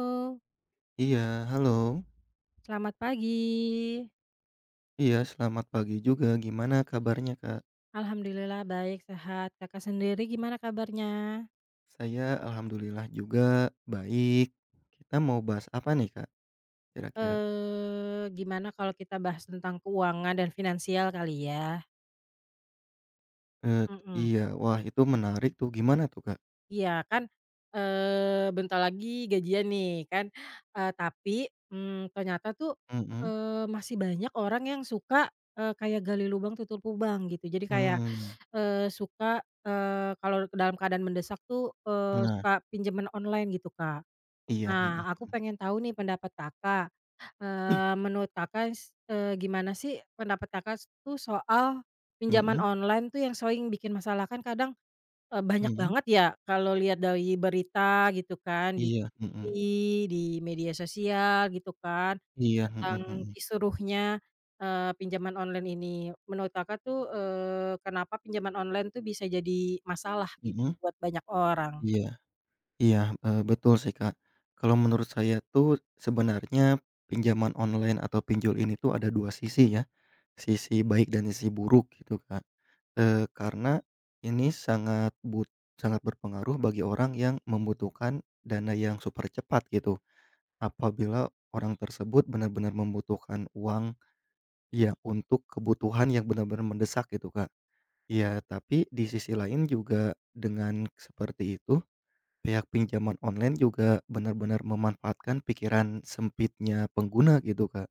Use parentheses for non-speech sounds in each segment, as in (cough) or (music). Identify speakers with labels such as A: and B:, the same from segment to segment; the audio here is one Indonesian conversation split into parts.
A: Halo,
B: Iya, halo.
A: selamat pagi.
B: Iya, selamat pagi juga. Gimana kabarnya, Kak?
A: Alhamdulillah baik, sehat. Kakak sendiri gimana kabarnya?
B: Saya alhamdulillah juga baik. Kita mau bahas apa nih, Kak, kira-kira?
A: Eee, gimana kalau kita bahas tentang keuangan dan finansial kali ya?
B: Eee,
A: Mhm,
B: iya, wah itu menarik tuh. Gimana tuh, Kak?
A: iya kan, eee, bentar lagi gajian nih kan, tapi, ternyata tuh,
B: Mhm.
A: masih banyak orang yang suka, kayak gali lubang tutup lubang gitu. Jadi kayak,
B: mmm,
A: suka, kalau dalam keadaan mendesak tuh,
B: nah,
A: suka pinjaman online gitu, Kak.
B: iya. mhm,
A: Nah, aku pengen tahu nih pendapat Kakak, eee, menurut Kakak s eee, gimana sih pendapat Kakak tuh soal pinjaman
B: mhm,
A: online tuh yang sering bikin masalah? Kan kadang, banyak
B: mhm,
A: banget ya kalau lihat dari berita gitu kan, di
B: iya,
A: TV,
B: mhm,
A: di media sosial gitu kan,
B: iya, mhm
A: tentang
B: mhm,
A: kisruhnya, pinjaman online ini. Menurut Kakak tuh, kenapa pinjaman online tuh bisa jadi masalah gitu
B: mhm.
A: buat banyak orang?
B: Iya iya, eee, betul sih, Kak. Kalau menurut saya tuh sebenarnya pinjaman online atau pinjol ini tuh ada 2 sisi ya. Sisi baik dan sisi buruk gitu, Kak. Eh karena ini sangat berpengaruh bagi orang yang membutuhkan dana yang super cepat gitu. Apabila orang tersebut benar-benar membutuhkan uang ya untuk kebutuhan yang benar-benar mendesak gitu, Kak. Ya tapi di sisi lain juga dengan seperti itu, pihak pinjaman online juga benar-benar memanfaatkan pikiran sempitnya pengguna gitu, Kak.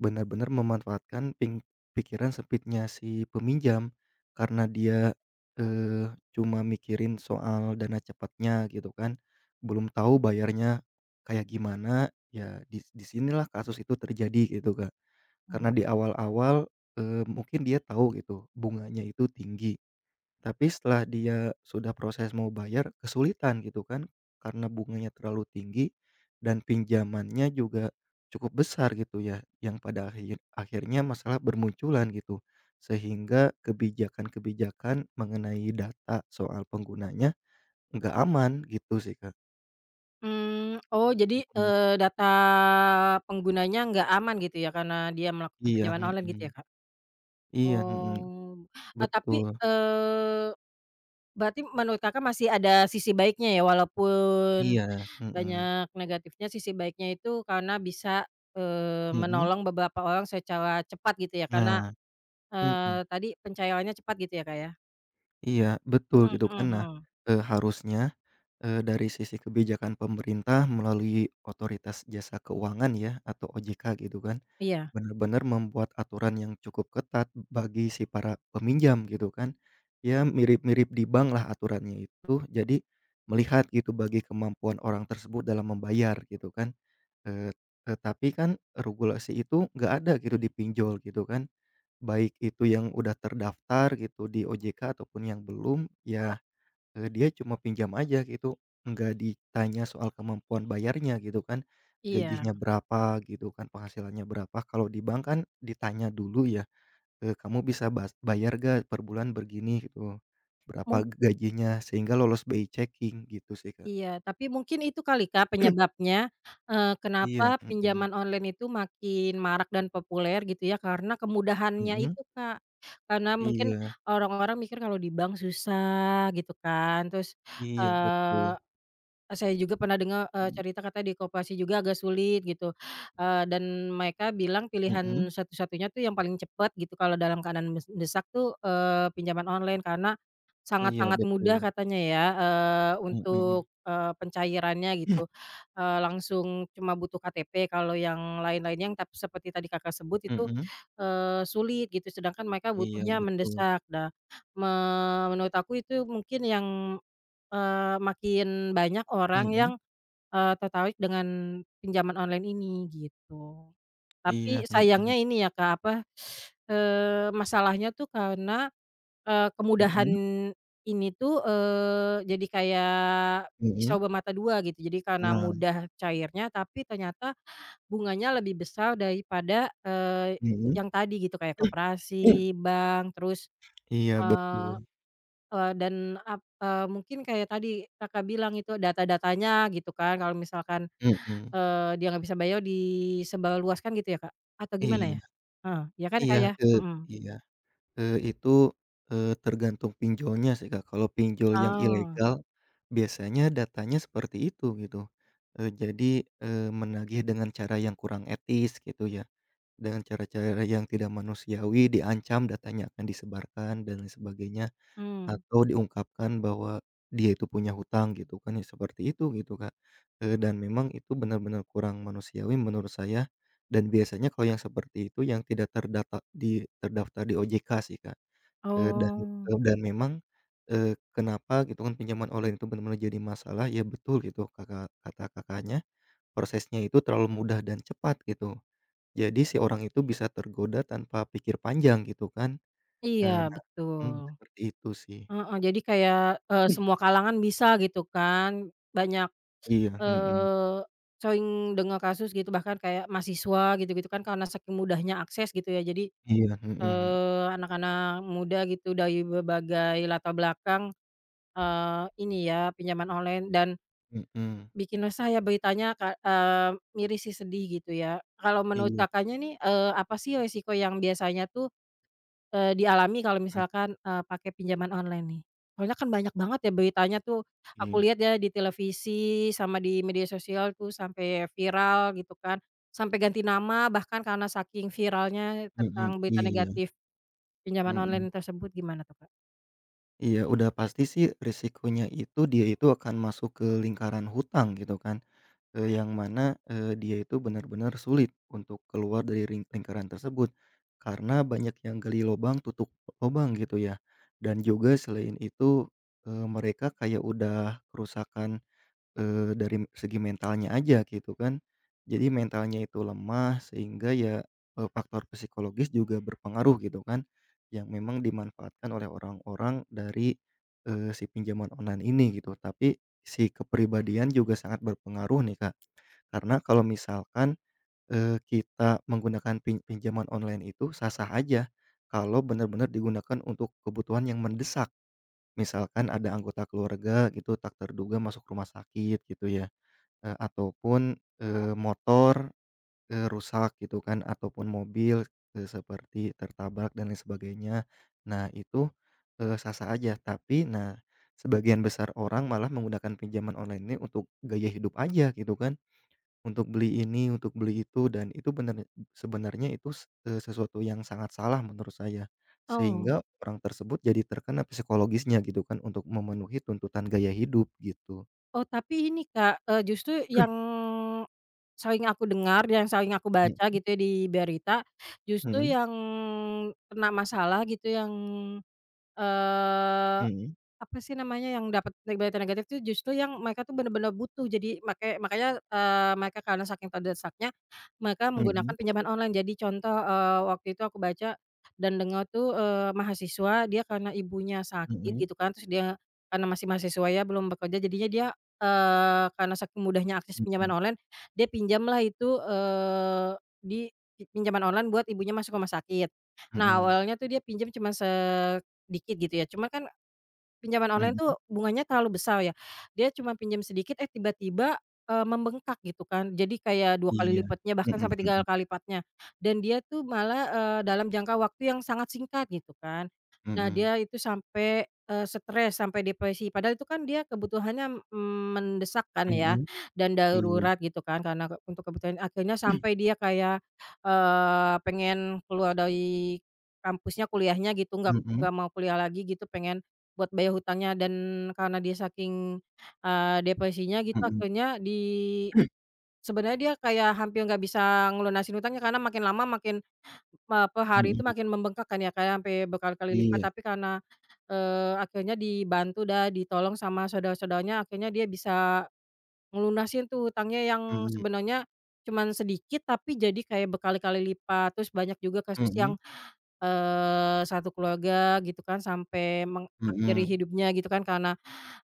B: Benar-benar memanfaatkan ping pikiran sempitnya si peminjam, karena dia, cuma mikirin soal dana cepatnya gitu kan, belum tahu bayarnya kayak gimana, ya di sinilah kasus itu terjadi gitu, Kak.
A: Mmm.
B: Karena di awal-awal, mungkin dia tahu gitu bunganya itu tinggi. Tapi setelah dia sudah proses mau bayar kesulitan gitu kan, karena bunganya terlalu tinggi dan pinjamannya juga cukup besar gitu ya, yang pada akhirnya masalah bermunculan gitu. Sehingga kebijakan-kebijakan mengenai data soal penggunanya nggak aman gitu sih, Kak.
A: Mmm, oh jadi,
B: Mhm.
A: data penggunanya nggak aman gitu ya karena dia melakukan
B: Iya,
A: pinjaman online gitu
B: mhm.
A: ya, Kak?
B: Iya, mhm.
A: Oh, tapi,
B: Betul.
A: eee, berarti menurut Kakak masih ada sisi baiknya ya walaupun
B: Iya, mhm.
A: banyak negatifnya, sisi baiknya itu karena bisa,
B: Mhm.
A: menolong beberapa orang secara cepat gitu ya karena,
B: Nah, mhm.
A: tadi pencairannya cepat gitu ya, Kak, ya?
B: Iya,
A: Mhm
B: betul gitu kan.
A: mhm
B: Nah,
A: mhm.
B: eee, harusnya dari sisi kebijakan pemerintah melalui Otoritas Jasa Keuangan ya atau OJK gitu kan,
A: Iya,
B: benar-benar membuat aturan yang cukup ketat bagi si para peminjam gitu kan. Ya mirip-mirip di bank lah aturannya itu, jadi melihat gitu bagi kemampuan orang tersebut dalam membayar gitu kan. Eee, tetapi kan regulasi itu nggak ada gitu di pinjol gitu kan, baik itu yang udah terdaftar gitu di OJK ataupun yang belum, ya. Dia cuma pinjam aja gitu, nggak ditanya soal kemampuan bayarnya gitu kan,
A: iya.
B: gajinya berapa gitu kan, penghasilannya berapa. Kalau di bank kan ditanya dulu ya, "Kamu bisa bayar gak per bulan begini?" Gitu, "Berapa
A: Mung
B: gajinya?" Sehingga lolos BI checking gitu sih, Kak.
A: Iya, tapi mungkin itu kali Kak penyebabnya, kenapa
B: Iya, mhm.
A: pinjaman online itu makin marak dan populer gitu ya, karena kemudahannya
B: mhm,
A: itu Kak. Karena mungkin
B: iya
A: orang-orang mikir kalau di bank susah gitu kan, terus,
B: iya betul.
A: eee saya juga pernah dengar,
B: Mhm.
A: cerita katanya di koperasi juga agak sulit gitu, dan mereka bilang pilihan
B: mhm,
A: satu-satunya tuh yang paling cepat gitu kalau dalam keadaan mendesak tuh, pinjaman online karena
B: iya
A: sangat-sangat
B: betul.
A: mudah katanya ya,
B: Mhm, mhm.
A: untuk, pencairannya gitu, langsung cuma butuh KTP kalau yang lain-lainnya yang seperti tadi Kakak sebut itu,
B: (clears throat)
A: sulit gitu sedangkan mereka
B: Iya
A: butuhnya
B: betul.
A: mendesak. Nah, me menurut aku itu mungkin yang makin banyak orang
B: Mhm,
A: yang, tertarik dengan pinjaman online ini gitu.
B: iya,
A: Tapi
B: mhm,
A: sayangnya ini ya Kak, apa, masalahnya tuh karena, kemudahan
B: mhm,
A: ini tuh, jadi kayak
B: mhm.
A: pisau bermata dua gitu. Jadi karena
B: Nah,
A: mudah cairnya, tapi ternyata bunganya lebih besar daripada,
B: mhm.
A: yang tadi gitu kayak koperasi, bank, terus,
B: Iya betul.
A: eee Eee, dan ap eee, mungkin kayak tadi Kakak bilang itu data-datanya gitu kan kalau misalkan,
B: Mhm.
A: dia nggak bisa bayar disebarluaskan gitu ya, Kak? Atau gimana
B: iya
A: ya? Heeh, ya kan,
B: iya,
A: Kak, ya?
B: eee,
A: Mhm.
B: iya, eee, itu, eee, tergantung pinjolnya sih, Kak. Kalau pinjol yang
A: Oh,
B: ilegal biasanya datanya seperti itu gitu, jadi menagih dengan cara yang kurang etis gitu ya, dengan cara-cara yang tidak manusiawi, diancam datanya akan disebarkan dan lain sebagainya.
A: mhm.
B: Atau diungkapkan bahwa dia itu punya hutang gitu kan ya, seperti itu gitu, Kak. Dan memang itu benar-benar kurang manusiawi menurut saya, dan biasanya kalau yang seperti itu yang tidak terdata di terdaftar di OJK sih, Kak. Eee, dan
A: Oh,
B: eee, dan memang, kenapa gitu kan pinjaman online itu benar-benar jadi masalah, ya betul gitu Kakak kata Kakaknya, prosesnya itu terlalu mudah dan cepat gitu. Jadi si orang itu bisa tergoda tanpa pikir panjang gitu kan,
A: iya
B: eee, nah
A: betul.
B: mhm, seperti itu sih.
A: Heeh, jadi kayak, semua kalangan bisa gitu kan, banyak,
B: Iya, mhm.
A: eee, sering dengar kasus gitu bahkan kayak mahasiswa gitu-gitu kan karena saking mudahnya akses gitu ya jadi
B: Iya, mhm.
A: Anak-anak muda gitu dari berbagai latar belakang, ini ya pinjaman online dan
B: Mhm.
A: bikin resah ya beritanya miris sih sedih gitu ya. Kalau menurut
B: Iya,
A: Kakaknya nih, apa sih resiko yang biasanya tuh, dialami kalau
B: mmm,
A: misalkan, pakai pinjaman online nih? Soalnya kan banyak banget ya beritanya tuh, aku
B: iya,
A: lihat ya di televisi sama di media sosial tuh sampai viral gitu kan, sampai ganti nama bahkan karena saking viralnya
B: mhm,
A: tentang berita
B: iya,
A: negatif. Pinjaman
B: mhm,
A: online tersebut gimana tuh, Kak?
B: iya, udah pasti sih risikonya itu dia itu akan masuk ke lingkaran hutang gitu kan, yang mana, dia itu benar-benar sulit untuk keluar dari lingkaran tersebut, karena banyak yang gali lobang tutup lobang gitu ya, dan juga selain itu, mereka kayak udah kerusakan dari segi mentalnya aja gitu kan. Jadi mentalnya itu lemah sehingga ya, faktor psikologis juga berpengaruh gitu kan, yang memang dimanfaatkan oleh orang-orang dari, si pinjaman online ini gitu. Tapi si kepribadian juga sangat berpengaruh nih, Kak. Karena kalau misalkan, kita menggunakan pinjaman online itu sah-sah aja kalau benar-benar digunakan untuk kebutuhan yang mendesak. Misalkan ada anggota keluarga gitu tak terduga masuk rumah sakit gitu ya. Ataupun motor rusak gitu kan, ataupun mobil seperti tertabrak dan lain sebagainya. Nah itu, sah-sah aja, tapi nah sebagian besar orang malah menggunakan pinjaman online ini untuk gaya hidup aja gitu kan, untuk beli ini, untuk beli itu, dan itu benar sebenarnya itu sesuatu yang sangat salah menurut saya.
A: Oh
B: Sehingga orang tersebut jadi terkena psikologisnya gitu kan untuk memenuhi tuntutan gaya hidup gitu.
A: oh, tapi ini, Kak, justru yang
B: (clears throat)
A: sering aku dengar, yang sering aku baca
B: Mhm.
A: gitu ya di berita, justru
B: mhm,
A: yang kena masalah gitu yang, eee
B: mhm,
A: Apa sih namanya, yang dapat negatif negatif itu justru yang mereka tuh bener-bener butuh. Jadi makanya, mereka karena saking terdesaknya, mereka menggunakan
B: mhm.
A: pinjaman online. Jadi contoh, waktu itu aku baca dan dengar tuh, mahasiswa dia karena ibunya sakit
B: Mhm
A: gitu kan, terus dia karena masih mahasiswa ya, belum bekerja, jadinya dia, karena saking mudahnya akses pinjaman
B: mhm
A: online, dia pinjamlah itu, eee, di pi pinjaman online buat ibunya masuk rumah sakit. Nah
B: mhm
A: awalnya tuh dia pinjam cuma sedikit gitu ya, cuma kan pinjaman online
B: mhm.
A: tuh bunganya terlalu besar ya. Dia cuma pinjam sedikit, eh tiba-tiba, membengkak gitu kan. Jadi kayak 2 kali
B: Iya.
A: lipatnya, bahkan
B: Mhm
A: sampai
B: mhm
A: 3 kali lipatnya. Dan dia tuh malah, dalam jangka waktu yang sangat singkat gitu kan. Nah
B: mhm
A: dia itu sampai, stres, sampai depresi. Padahal itu kan dia kebutuhannya, mendesak kan ya,
B: mhm.
A: dan
B: Iya.
A: darurat gitu kan, karena ke untuk kebutuhan akhirnya sampai
B: (clears throat)
A: dia kayak, pengen keluar dari kampusnya, kuliahnya gitu,
B: Mhm. mhm
A: nggak mau kuliah lagi gitu, pengen buat bayar hutangnya dan karena dia saking, depresinya gitu akhirnya
B: (clears throat)
A: sebenarnya dia kayak hampir nggak bisa ngelunasin hutangnya karena makin lama makin, per
B: Mhm.
A: hari itu
B: mhm,
A: makin membengkak kan ya, Kak, ya, sampai berkali-kali lipat
B: iya.
A: tapi karena, akhirnya dibantu dan ditolong sama saudara-saudaranya akhirnya dia bisa ngelunasin tuh hutangnya yang
B: Mhm
A: sebenarnya cuman sedikit tapi jadi kayak berkali-kali lipat, terus banyak juga kasus
B: mhm
A: yang satu keluarga gitu kan sampai
B: mhm
A: mengakhiri
B: mhm.
A: hidupnya gitu kan karena,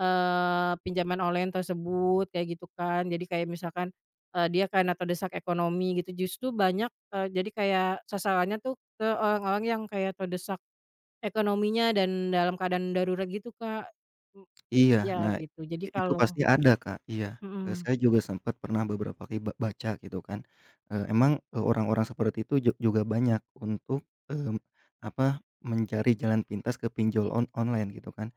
A: pinjaman online tersebut kayak gitu kan. Jadi kayak misalkan, dia karena terdesak ekonomi gitu justru banyak, jadi kayak sasarannya tuh ke orang-orang yang kayak terdesak ekonominya dan dalam keadaan darurat gitu, Kak. M
B: Iya,
A: iya
B: nah
A: gitu. Jadi
B: itu
A: kalau
B: pasti ada, Kak, iya.
A: mhm,
B: Saya juga sempat pernah beberapa kali baca gitu kan, emang, orang-orang seperti itu juga banyak untuk, mmm, apa, mencari jalan pintas ke pinjol online gitu kan,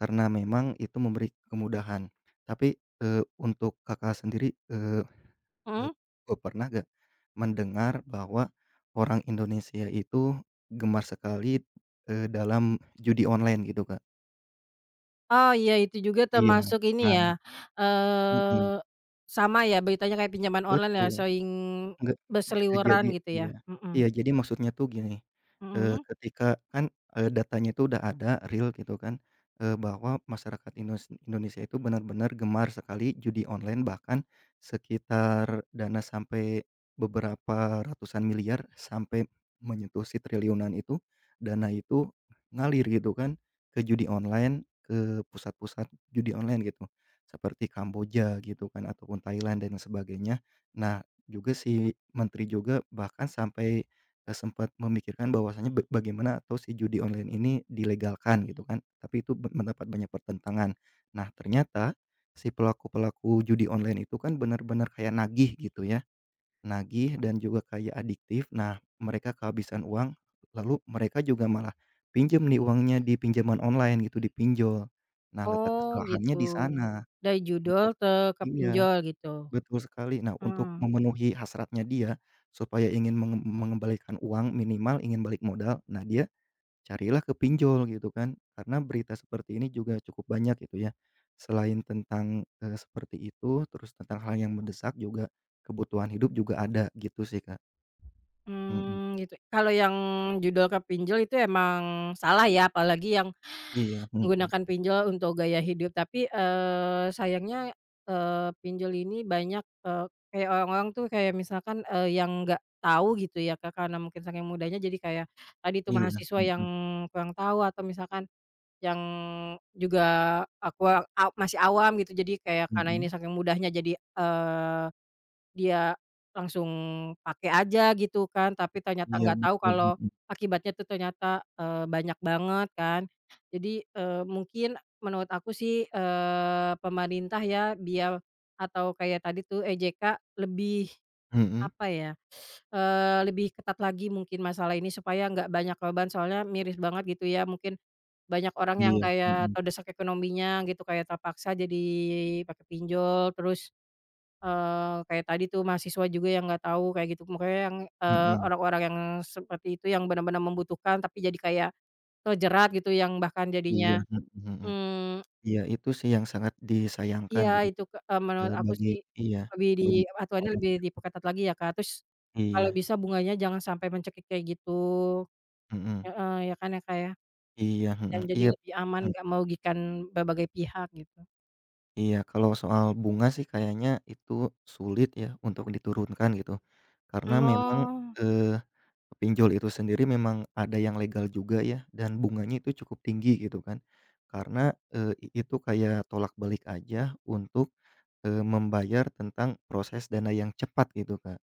B: karena memang itu memberi kemudahan. Tapi, eee, untuk Kakak sendiri, eee eee
A: mhm?
B: eee, pernah nggak mendengar bahwa orang Indonesia itu gemar sekali, dalam judi online gitu, Kak?
A: Oh, iya itu juga
B: Iya,
A: termasuk ini
B: nah,
A: ya,
B: mhm.
A: eee, sama ya beritanya kayak pinjaman online ya
B: Betul.
A: sering
B: Nggak e jadi
A: berseliweran gitu ya?
B: iya Iya,
A: Mhm,
B: jadi maksudnya tuh gini,
A: mhm.
B: ketika kan, datanya itu udah ada real gitu kan, bahwa masyarakat Indonesia itu benar-benar gemar sekali judi online bahkan sekitar dana sampai beberapa ratusan miliar sampai menyentuh si triliunan itu, dana itu ngalir gitu kan ke judi online, ke pusat-pusat judi online gitu, seperti Kamboja gitu kan ataupun Thailand dan sebagainya. Nah juga si menteri juga bahkan sampai, sempat memikirkan bahwasanya bagaimana atau si judi online ini dilegalkan gitu kan, tapi itu mendapat banyak pertentangan. Nah ternyata si pelaku-pelaku judi online itu kan benar-benar kayak nagih gitu ya, nagih dan juga kayak adiktif. Nah mereka kehabisan uang, lalu mereka juga malah pinjam nih uangnya di pinjaman online gitu, dipinjol. Nah letak
A: Oh
B: kesalahannya
A: gitu,
B: di sana
A: dari judul
B: untuk
A: te ke
B: iya.
A: pinjol gitu?
B: Betul sekali. Nah, untuk
A: Mhm,
B: memenuhi hasratnya dia, supaya ingin mengembalikan uang, minimal ingin balik modal, nah dia carilah ke pinjol gitu kan. Karena berita seperti ini juga cukup banyak gitu ya. Selain tentang, seperti itu, terus tentang hal yang mendesak juga, kebutuhan hidup juga ada, gitu sih, Kak. Mhm.
A: mmm, gitu. Kalau yang judul ke pinjol itu emang salah ya apalagi yang
B: Iya, mhm.
A: menggunakan pinjol untuk gaya hidup tapi, sayangnya, pinjol ini banyak, kayak orang-orang tuh kayak misalkan, yang nggak tahu gitu ya Kak, karena mungkin saking mudahnya jadi kayak tadi tuh
B: Iya,
A: mahasiswa yang
B: mhm.
A: kurang tahu atau misalkan yang juga aku a a masih awam gitu jadi kayak karena ini
B: mhm.
A: saking mudahnya jadi, dia langsung pakai aja gitu kan, tapi ternyata
B: Iya,
A: nggak tahu
B: betul,
A: kalau
B: mhm.
A: akibatnya tuh ternyata, banyak banget kan. Jadi, mungkin menurut aku sih, pemerintah ya biar atau kayak tadi tuh EJK lebih
B: Mhm.
A: apa ya, lebih ketat lagi mungkin masalah ini supaya nggak banyak korban soalnya miris banget gitu ya, mungkin banyak orang yang
B: Iya,
A: kayak
B: mhm.
A: terdesak ekonominya gitu, kayak terpaksa jadi pakai pinjol terus kayak tadi tuh mahasiswa juga yang nggak tahu kayak gitu, makanya yang,
B: Mhm.
A: orang-orang yang seperti itu yang benar-benar membutuhkan tapi jadi kayak terjerat gitu yang bahkan
B: Iya,
A: jadinya
B: mhm mhm.
A: mmm,
B: Iya, itu sih yang sangat disayangkan
A: iya
B: gitu.
A: itu menurut
B: Eee,
A: aku
B: bagi
A: sih
B: iya,
A: lebih di
B: bagi
A: aturannya
B: orang
A: lebih
B: yang
A: diperketat lagi ya, Kak. Terus kalau
B: iya,
A: bisa bunganya jangan sampai mencekik kayak gitu
B: mhm,
A: heeh, ya kan ya, Kak, ya?
B: iya, mhm,
A: Dan jadi
B: iya,
A: lebih aman
B: mhm,
A: nggak merugikan berbagai pihak gitu.
B: iya, kalau soal bunga sih kayaknya itu sulit ya untuk diturunkan gitu, karena memang,
A: Oh,
B: eee, pinjol itu sendiri memang ada yang legal juga ya dan bunganya itu cukup tinggi gitu kan, karena, eee, i itu kayak tolak balik aja untuk membayar tentang proses dana yang cepat gitu, Kak.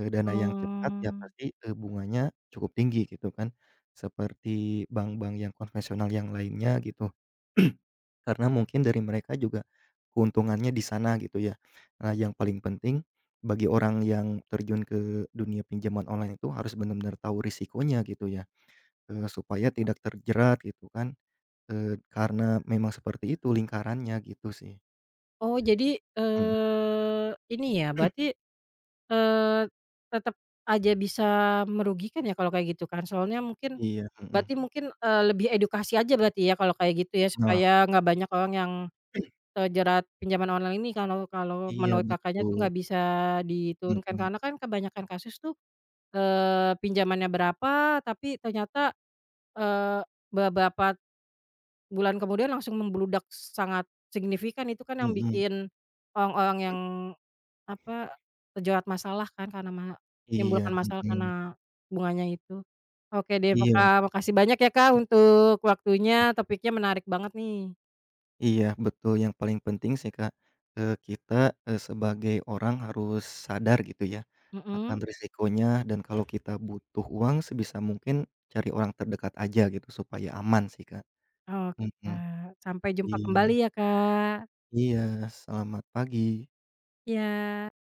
B: Dana yang cepat ya
A: mmm.
B: pasti, bunganya cukup tinggi gitu kan, seperti bank-bank yang konvensional yang lainnya gitu. (clears throat) Karena mungkin dari mereka juga keuntungannya di sana gitu ya. Nah, yang paling penting bagi orang yang terjun ke dunia pinjaman online itu harus benar-benar tahu risikonya gitu ya, supaya tidak terjerat gitu kan, karena memang seperti itu lingkarannya gitu sih.
A: Oh jadi,
B: Mhm,
A: ini ya berarti Eee, tetep aja bisa merugikan ya kalau kayak gitu kan? Soalnya mungkin
B: iya, mhm.
A: berarti mungkin, lebih edukasi aja berarti ya kalau kayak gitu ya,
B: Nah.
A: supaya nggak banyak orang yang terjerat pinjaman online ini kalau kalau
B: Iya
A: menurut Kakaknya tuh
B: betul.
A: nggak bisa diturunkan.
B: Mhm.
A: Karena kan kebanyakan kasus tuh, pinjamannya berapa tapi ternyata, eee, beberapa bulan kemudian langsung membludak sangat signifikan, itu kan yang
B: mhm,
A: bikin orang-orang yang apa, terjerat masalah kan karena
B: iya,
A: menimbulkan masalah karena
B: mhm.
A: bunganya itu. Oke deh
B: Iya,
A: Kak, makasih banyak ya Kak untuk
B: mmm,
A: waktunya, topiknya menarik banget nih.
B: iya betul yang paling penting sih Kak, eee, kita, sebagai orang harus sadar gitu ya, akan
A: Mhm,
B: risikonya dan kalau kita butuh uang sebisa mungkin cari orang terdekat aja gitu supaya aman sih Kak,
A: oke
B: mhm,
A: Kak, sampai jumpa
B: iya
A: kembali ya Kak.
B: iya, selamat pagi.
A: Iya.